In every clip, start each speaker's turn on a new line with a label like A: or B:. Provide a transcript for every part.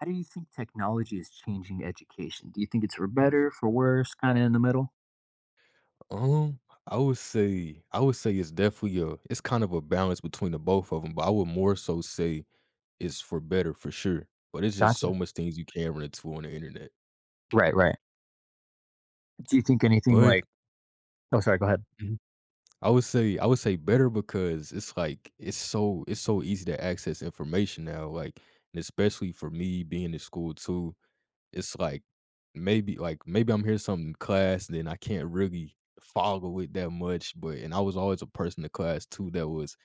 A: How do you think technology is changing education? Do you think it's for better, for worse, kind of in the middle?
B: Um, I would say it's definitely a it's kind of a balance between the both of them, but I would more so say it's for better for sure. But it's just
A: Gotcha.
B: so much things you can run into on the internet.
A: Right, right. Do you think anything
B: But
A: like... Oh, sorry, go ahead.
B: mhm. I would say better because it's like it's so easy to access information now. Like and especially for me being in school too, it's like maybe I'm hearing something in class, then I can't really follow it that much. But and I was always a person in class too that was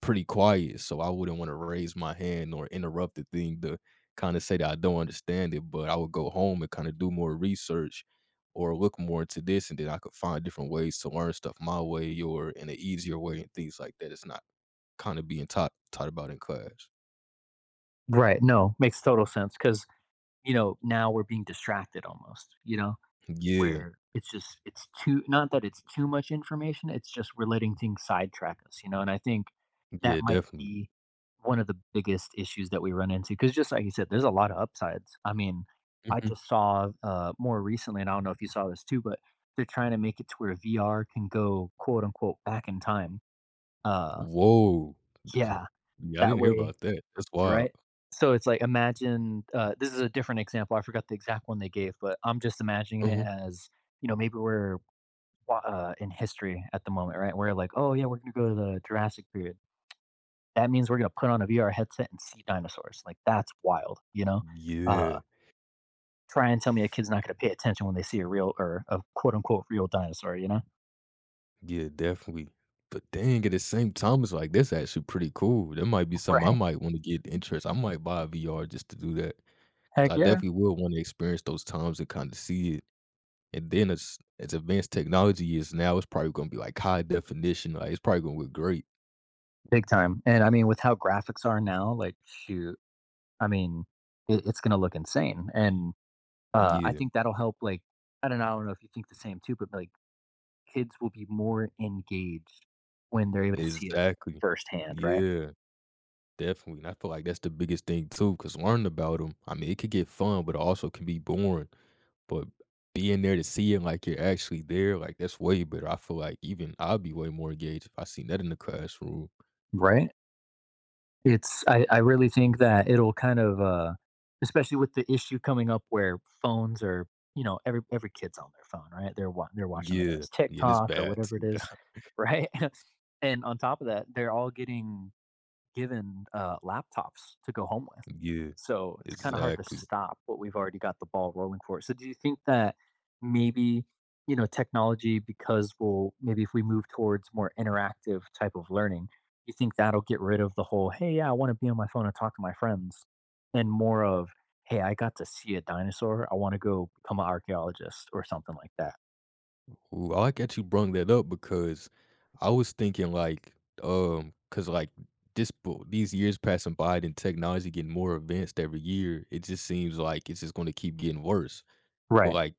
B: pretty quiet, so I wouldn't wanna raise my hand or interrupt the thing to kinda say that I don't understand it, but I would go home and kinda do more research or look more into this, and then I could find different ways to learn stuff my way or in an easier way and things like that. It's not kinda being taught about in class.
A: Right. No, makes total sense cuz now we're being distracted almost, you know?
B: Yeah.
A: Where it's too, not that it's too much information, it's just we're letting things sidetrack us, and I think that
B: Yeah,
A: might
B: definitely.
A: be one of the biggest issues that we run into because just like you said, there's a lot of upsides. I mean, I
B: Mhm.
A: just saw, more recently, and I don't know if you saw this too, but they're trying to make it to where VR can go, quote, unquote, "back in time." Uh,
B: Woah.
A: yeah,
B: Yeah, I
A: that
B: didn't hear
A: way,
B: about that. That's wild.
A: right? So it's like imagine, this is a different example, I forgot the exact one they gave, but I'm just imagining it
B: Mhm.
A: as, maybe we're in history at the moment, right? We're like, oh yeah, we're gonna go to the Jurassic period. That means we're gonna put on a VR headset and see dinosaurs. Like that's wild, you know. Uh,
B: Yeah.
A: try and tell me a kid's not gonna pay attention when they see a real or a quote unquote real dinosaur, you know?
B: Yeah, definitely. But dang, at the same time, it's like that's actually pretty cool. That might be something I
A: Right?
B: might want to get interest. I might buy a VR just to do that
A: Heck
B: because I
A: yeah.
B: definitely will want to experience those times and kind of see it. And then as advanced technology is now, it's probably gonna be like high definition. Like it's probably gonna look great.
A: Big time. And I mean, with how graphics are now, like shoot, I mean, it's gonna look insane. And I
B: Yeah,
A: think that'll help. Like, I don't know if you think the same too, but like kids will be more engaged when they're able to see it
B: exactly.
A: firsthand, right?
B: Yeah. Definitely, and I feel like that's the biggest thing too. Cause learning about them, I mean, it could get fun, but it also can be boring. But being there to see it like you're actually there, like, that's way better. I feel like even I'd be way more engaged if I seen that in the classroom.
A: Right? It's I really think that it'll kind of, especially with the issue coming up where phones are, you know, every kid's on their phone, right? They're watching the
B: Yeah,
A: newest
B: yeah, and it's
A: TikTok or
B: bad
A: whatever it
B: too.
A: is, right? And on top of that, they're all getting given laptops to go home with.
B: Yeah,
A: So it's kind of hard to
B: exactly.
A: stop what we've already got the ball rolling for. So do you think that maybe, technology, because we'll maybe if we move towards more interactive type of learning, you think that'll get rid of the whole, hey yeah, I want to be on my phone and talk to my friends, and more of, hey, I got to see a dinosaur, I want to go become an archaeologist or something like that.
B: Ooh, I like that you brung that up because I was thinking like, cause like this bu these years passing by and technology getting more advanced every year, it just seems like it's just gonna keep getting worse. But
A: Right.
B: like,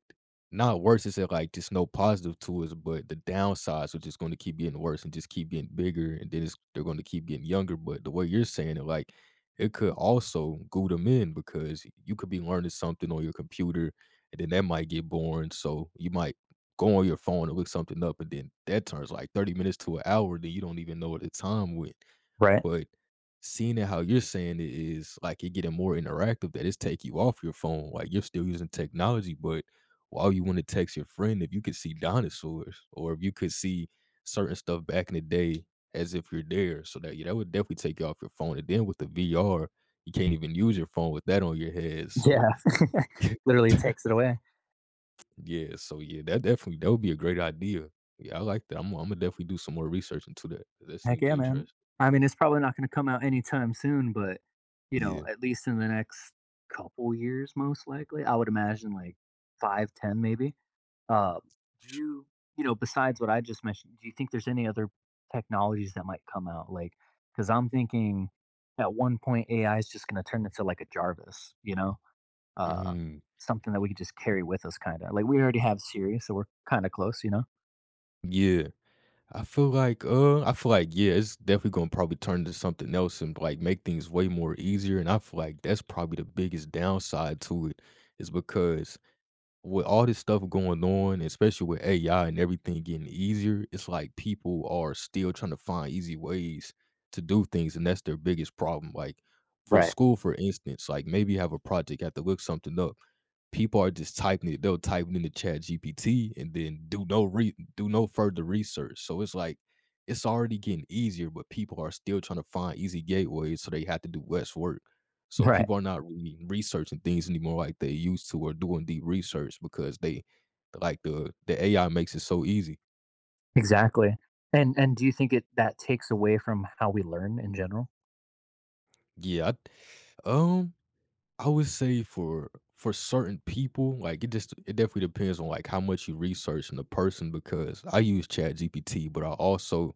B: not worse is that, like, just no positive to us, but the downsides are just gonna keep getting worse and just keep getting bigger, and then it's they're gonna keep getting younger, but the way you're saying it, like, it could also glue them in because you could be learning something on your computer, and then that might get boring, so you might go on your phone and look something up, and then that turns, like, 30 minutes to an hour, then you don't even know what the time went.
A: Right.
B: But seeing it how you're saying it is like it getting more interactive that it's take you off your phone. Like you're still using technology, but while you want to text your friend if you could see dinosaurs or if you could see certain stuff back in the day as if you're there? So that yeah, that would definitely take you off your phone. And then with the VR, you can't even use your phone with that on your head. So
A: Yeah, literally takes it away.
B: yeah, so yeah, that definitely that would be a great idea. Yeah, I like that. I'm gonna definitely do some more research into that. That
A: Heck
B: seems
A: yeah, man.
B: interesting.
A: I mean, it's probably not gonna come out anytime soon, but, you
B: Yeah.
A: know, at least in the next couple years, most likely, I would imagine, like, 5, 10, maybe. Um, do you, besides what I just mentioned, do you think there's any other technologies that might come out? Like, because 'cause I'm thinking at one point, AI is just gonna turn into, like, a Jarvis, you know? Uh,
B: Mm,
A: something that we could just carry with us kinda. Like, we already have Siri, so we're kinda close, you know?
B: yeah. I feel like, yeah, it's definitely gonna probably turn to something else and like make things way more easier. And I feel like that's probably the biggest downside to it is because with all this stuff going on, especially with AI and everything getting easier, it's like people are still trying to find easy ways to do things, and that's their biggest problem. Like for
A: Right.
B: school, for instance, like maybe you have a project, you have to look something up people are just typing it. They'll type it into Chat GPT and then do no further research. So it's like it's already getting easier, but people are still trying to find easy gateways, so they have to do less work. So
A: Right.
B: people are not really researching things anymore like they used to, or doing deep research because they like the AI makes it so easy.
A: Exactly. And do you think it that takes away from how we learn in general?
B: Yeah, I, um, I would say for certain people, like it just it definitely depends on like how much you research in the person because I use Chat GPT, but I also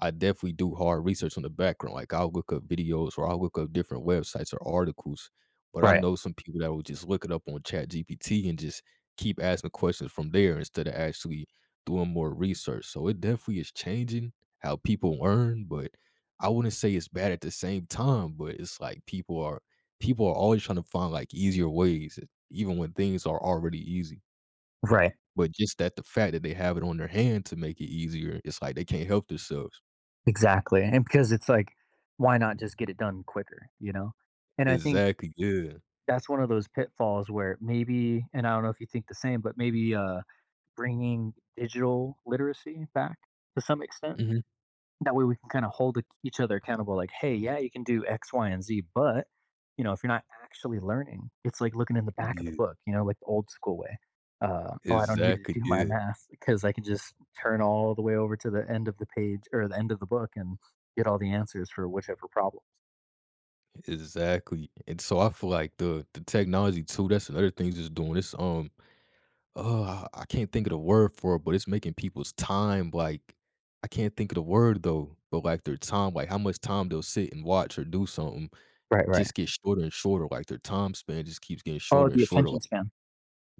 B: I definitely do hard research on the background. Like I'll look up videos or I'll look up different websites or articles. But I
A: Right.
B: know some people that will just look it up on Chat GPT and just keep asking questions from there instead of actually doing more research. So it definitely is changing how people learn, but I wouldn't say it's bad at the same time, but it's like people are always trying to find like easier ways, even when things are already easy.
A: Right.
B: But just that the fact that they have it on their hand to make it easier, it's like they can't help themselves.
A: Exactly. And because it's like, why not just get it done quicker, you know? And I think
B: Exactly, yeah.
A: that's one of those pitfalls where maybe, and I don't know if you think the same, but maybe bringing digital literacy back to some extent.
B: Mhm.
A: That way we can kind of hold each other accountable, like, hey, yeah, you can do X, Y, and Z, but, you know, if you're not actually learning, it's like looking in the back of the
B: Yeah,
A: book, you know, like the old school way. Oh, I don't need to
B: exactly,
A: do my
B: yeah,
A: math because I can just turn all the way over to the end of the page or the end of the book and get all the answers for whichever problem.
B: exactly, and so I feel like the technology too, that's another thing it's doing, it's, I can't think of the word for it, but it's making people's time, like I can't think of the word though, but, like, their time, like, how much time they'll sit and watch or do something
A: Right, right.
B: just gets shorter and shorter, like, their time span just keeps getting
A: Oh,
B: shorter and
A: the
B: shorter, like
A: attention span.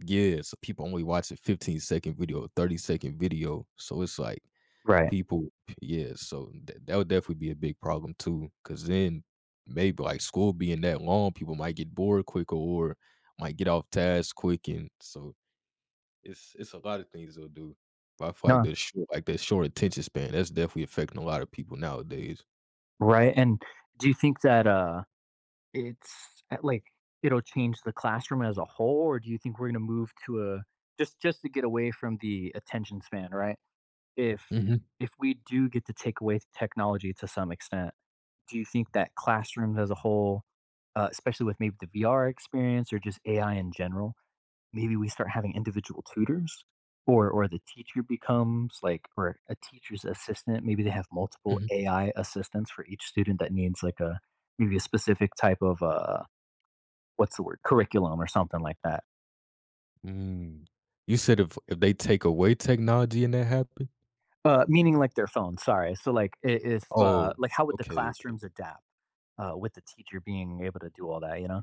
B: yeah, so people only watch a 15-second video, a 30-second video, so it's like
A: Right.
B: people yeah, so that would definitely be a big problem too. Cause then maybe, like, school being that long, people might get bored quicker or might get off task quick, and so it's a lot of things they'll do. But I feel like
A: No,
B: that short attention span, that's definitely affecting a lot of people nowadays.
A: right. And do you think that it's at like, it'll change the classroom as a whole, or do you think we're gonna move to a just to get away from the attention span, right? If
B: Mhm,
A: if we do get to take away technology to some extent, do you think that classrooms as a whole, especially with maybe the VR experience or just AI in general, maybe we start having individual tutors? Or the teacher becomes like, or a teacher's assistant, maybe they have multiple
B: mhm.
A: AI assistants for each student that needs like a maybe a specific type of, what's the word? Curriculum or something like that.
B: Mm. You said if they take away technology and that happen?
A: Meaning like their phone. Sorry. So like if
B: Oh,
A: like how would the
B: okay, okay.
A: classrooms adapt with the teacher being able to do all that? You know.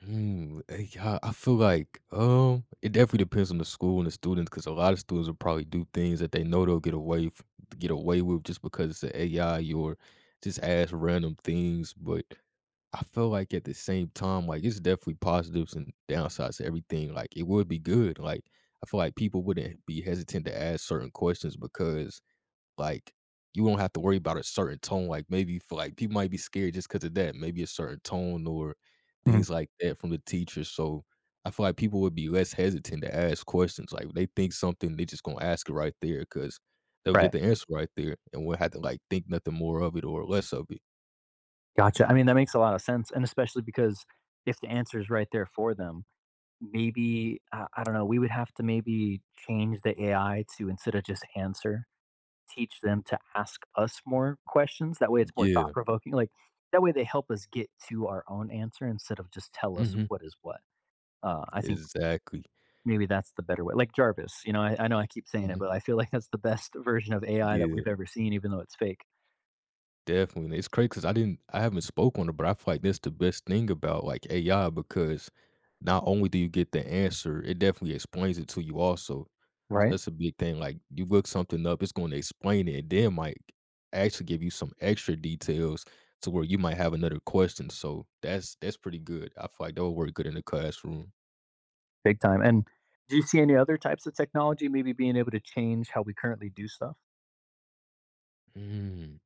B: Hmm. Eh, yeah, I feel like, it definitely depends on the school and the students, because a lot of students will probably do things that they know they'll get away with just because it's the a AI or just ask random things, but I feel like at the same time, like, it's definitely positives and downsides to everything, like, it would be good, like, I feel like people wouldn't be hesitant to ask certain questions because like, you won't have to worry about a certain tone, like, maybe for like people might be scared just because of that, maybe a certain tone or
A: Mhm.
B: things like that from the teacher, so I feel like people would be less hesitant to ask questions, like, they think something, they just gonna ask it right there because 'cause they'll get
A: Right.
B: the answer right there and we will have to, like, think nothing more of it or less of it.
A: Gotcha. I mean that makes a lot of sense, and especially because if the answer is right there for them, maybe I don't know. We would have to maybe change the AI to instead of just answer, teach them to ask us more questions. That way, it's more thought
B: Yeah.
A: provoking. Like that way, they help us get to our own answer instead of just tell us
B: Mhm.
A: what is what. I think
B: Exactly.
A: maybe that's the better way. Like Jarvis, you know, I know I keep saying it,
B: Mhm.
A: but I feel like that's the best version of AI that
B: Yeah.
A: we've ever seen, even though it's fake,
B: Definitely. It's crazy because I haven't spoke on it, but I feel like that's the best thing about, like, AI because not only do you get the answer, it definitely explains it to you also. So
A: right?
B: that's a big thing, like, you look something up, it's gonna explain it, and then might actually give you some extra details to where you might have another question, so that's pretty good. I feel like that would work good in the classroom.
A: Big time. And do you see any other types of technology maybe being able to change how we currently do stuff?
B: Mm.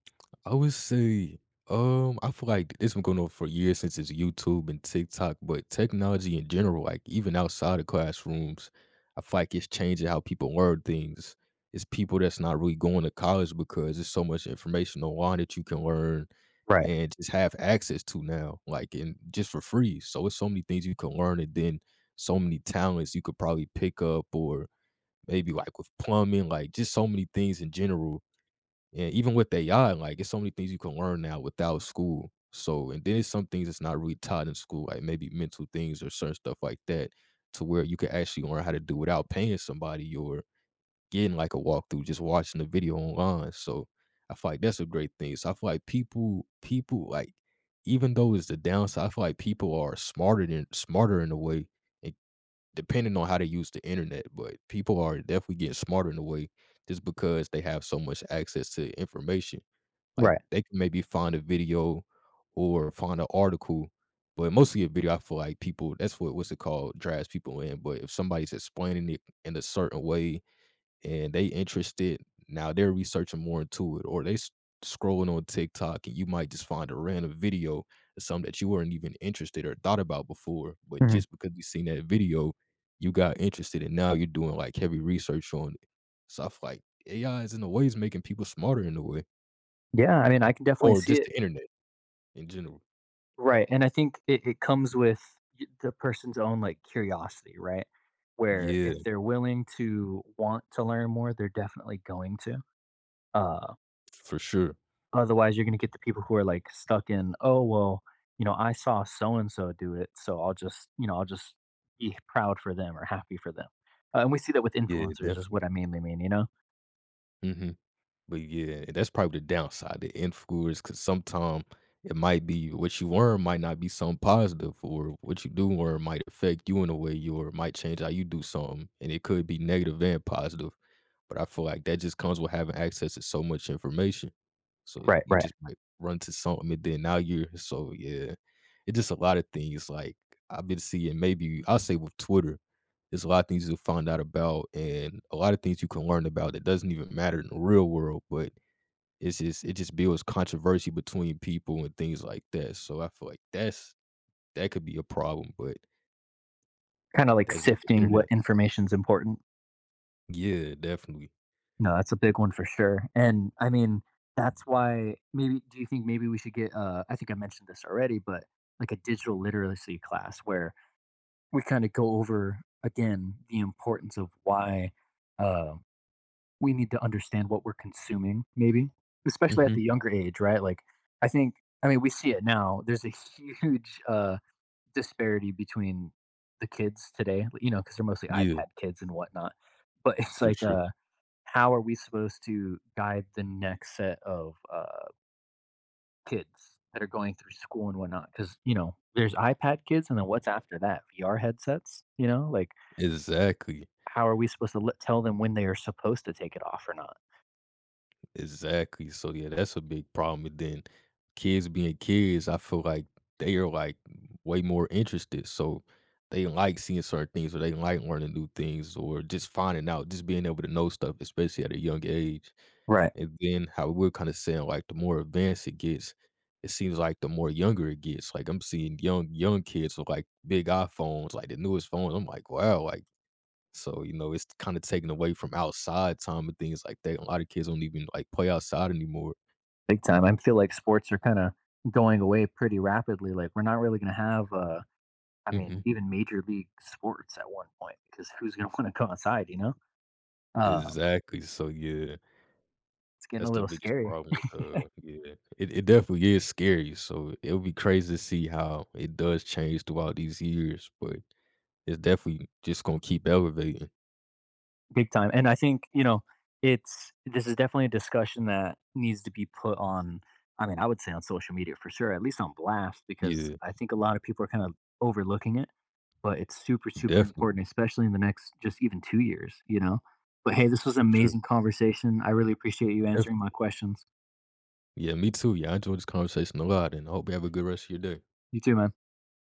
B: I would say, I feel like this been going on for years since it's YouTube and TikTok, but technology in general, like even outside of classrooms, I feel like it's changing how people learn things. It's people that's not really going to college because there's so much information online that you can learn
A: Right.
B: and just have access to now, like and just for free. So it's so many things you can learn, and then so many talents you could probably pick up, or maybe like with plumbing, like just so many things in general and even with AI, like it's so many things you can learn now without school. So, and then it's some things that's not really taught in school, like maybe mental things or certain stuff like that, to where you can actually learn how to do without paying somebody or getting like a walkthrough, just watching the video online. So I feel like that's a great thing. So I feel like people like, even though it's the downside, I feel like people are smarter than smarter in a way and depending on how they use the internet, but people are definitely getting smarter in a way just because they have so much access to information. Like
A: Right.
B: they can maybe find a video or find an article, but mostly a video. I feel like people that's what's it called drives people in. But if somebody's explaining it in a certain way and they interested now they're researching more into it or scrolling on tiktok and you might just find a random video of something that you weren't even interested or thought about before but
A: Hmm.
B: just because you seen that video you got interested and now you're doing like heavy research on it so I feel like AI is in a way is making people smarter in a way
A: Yeah, I mean, I can definitely
B: or
A: see
B: just
A: it.
B: the internet in general.
A: Right. And I think it comes with the person's own, like, curiosity, right? Where
B: Yeah,
A: if they're willing to want to learn more, they're definitely going to. Uh,
B: for sure.
A: Otherwise, you're gonna get the people who are, like, stuck in, "Oh, well, you know, I saw so and so do it, so I'll just be proud for them or happy for them." And we see that with
B: Yeah,
A: influencers is
B: definitely.
A: what I mainly mean, you know?
B: Hmm. But yeah, that's probably the downside, the influence, cause sometimes it might be what you learn might not be something positive, or what you do learn might affect you in a way, you or might change how you do something, and it could be negative and positive. But I feel like that just comes with having access to so much information. So
A: Right,
B: you
A: right.
B: just might run to something, and then now you're so yeah, it's just a lot of things. Like I've been seeing, maybe I'll say with Twitter, there's a lot of things you'll find out about and a lot of things you can learn about that doesn't even matter in the real world, but it just builds controversy between people and things like that. So I feel like that could be a problem, but
A: Kinda, like,
B: that's just the
A: sifting what
B: internet.
A: information's important.
B: Yeah, definitely.
A: No, that's a big one for sure, and, I mean, that's why maybe, do you think maybe we should get, I think I mentioned this already, but, like, a digital literacy class where we kinda go over, again, the importance of why, um we need to understand what we're consuming maybe, especially at
B: Mhm.
A: the younger age, right? Like, I think, I mean, we see it now. There's a huge, disparity between the kids today, you know, because 'cause they're mostly
B: Yeah,
A: iPad kids and whatnot, but it's
B: for
A: like,
B: sure.
A: how are we supposed to guide the next set of, kids that are going through school and whatnot? Because, you know, there's iPad kids, and then what's after that? VR headsets, you know? Like,
B: Exactly.
A: how are we supposed to let tell them when they are supposed to take it off or not?
B: Exactly. So yeah, that's a big problem. And then kids being kids, I feel like they are like way more interested. So they like seeing certain things or they like learning new things or just finding out, just being able to know stuff, especially at a young age.
A: Right.
B: And then how we're kind of saying like the more advanced it gets, it seems like the more younger it gets. Like I'm seeing young kids with like big iPhones, like the newest phones. I'm like, wow, like so, you know, it's kind of taken away from outside time and things like that. A lot of kids don't even like play outside anymore.
A: Big time. I feel like sports are kinda going away pretty rapidly, like, we're not really gonna have, I mean,
B: Hmm.
A: even major league sports at one point, because who's gonna wanna go outside, you know? Uh,
B: Exactly. So yeah,
A: it's getting
B: that's
A: a
B: the
A: little
B: biggest
A: scary.
B: problem with yeah. It definitely is scary. So it will be crazy to see how it does change throughout these years, but it's definitely just gonna keep elevating.
A: Big time. And I think, it's this is definitely a discussion that needs to be put on, I mean, I would say on social media for sure, at least on blast, because
B: Yeah,
A: I think a lot of people are kind of overlooking it, but it's super super
B: definitely.
A: important especially in the next just even 2 years, you know. But hey, this was an
B: For sure.
A: amazing conversation. I really appreciate you answering my
B: Definitely.
A: questions.
B: Yeah, me too. Yeah, I enjoyed this conversation a lot and I hope you have a good rest of your day.
A: You too, man.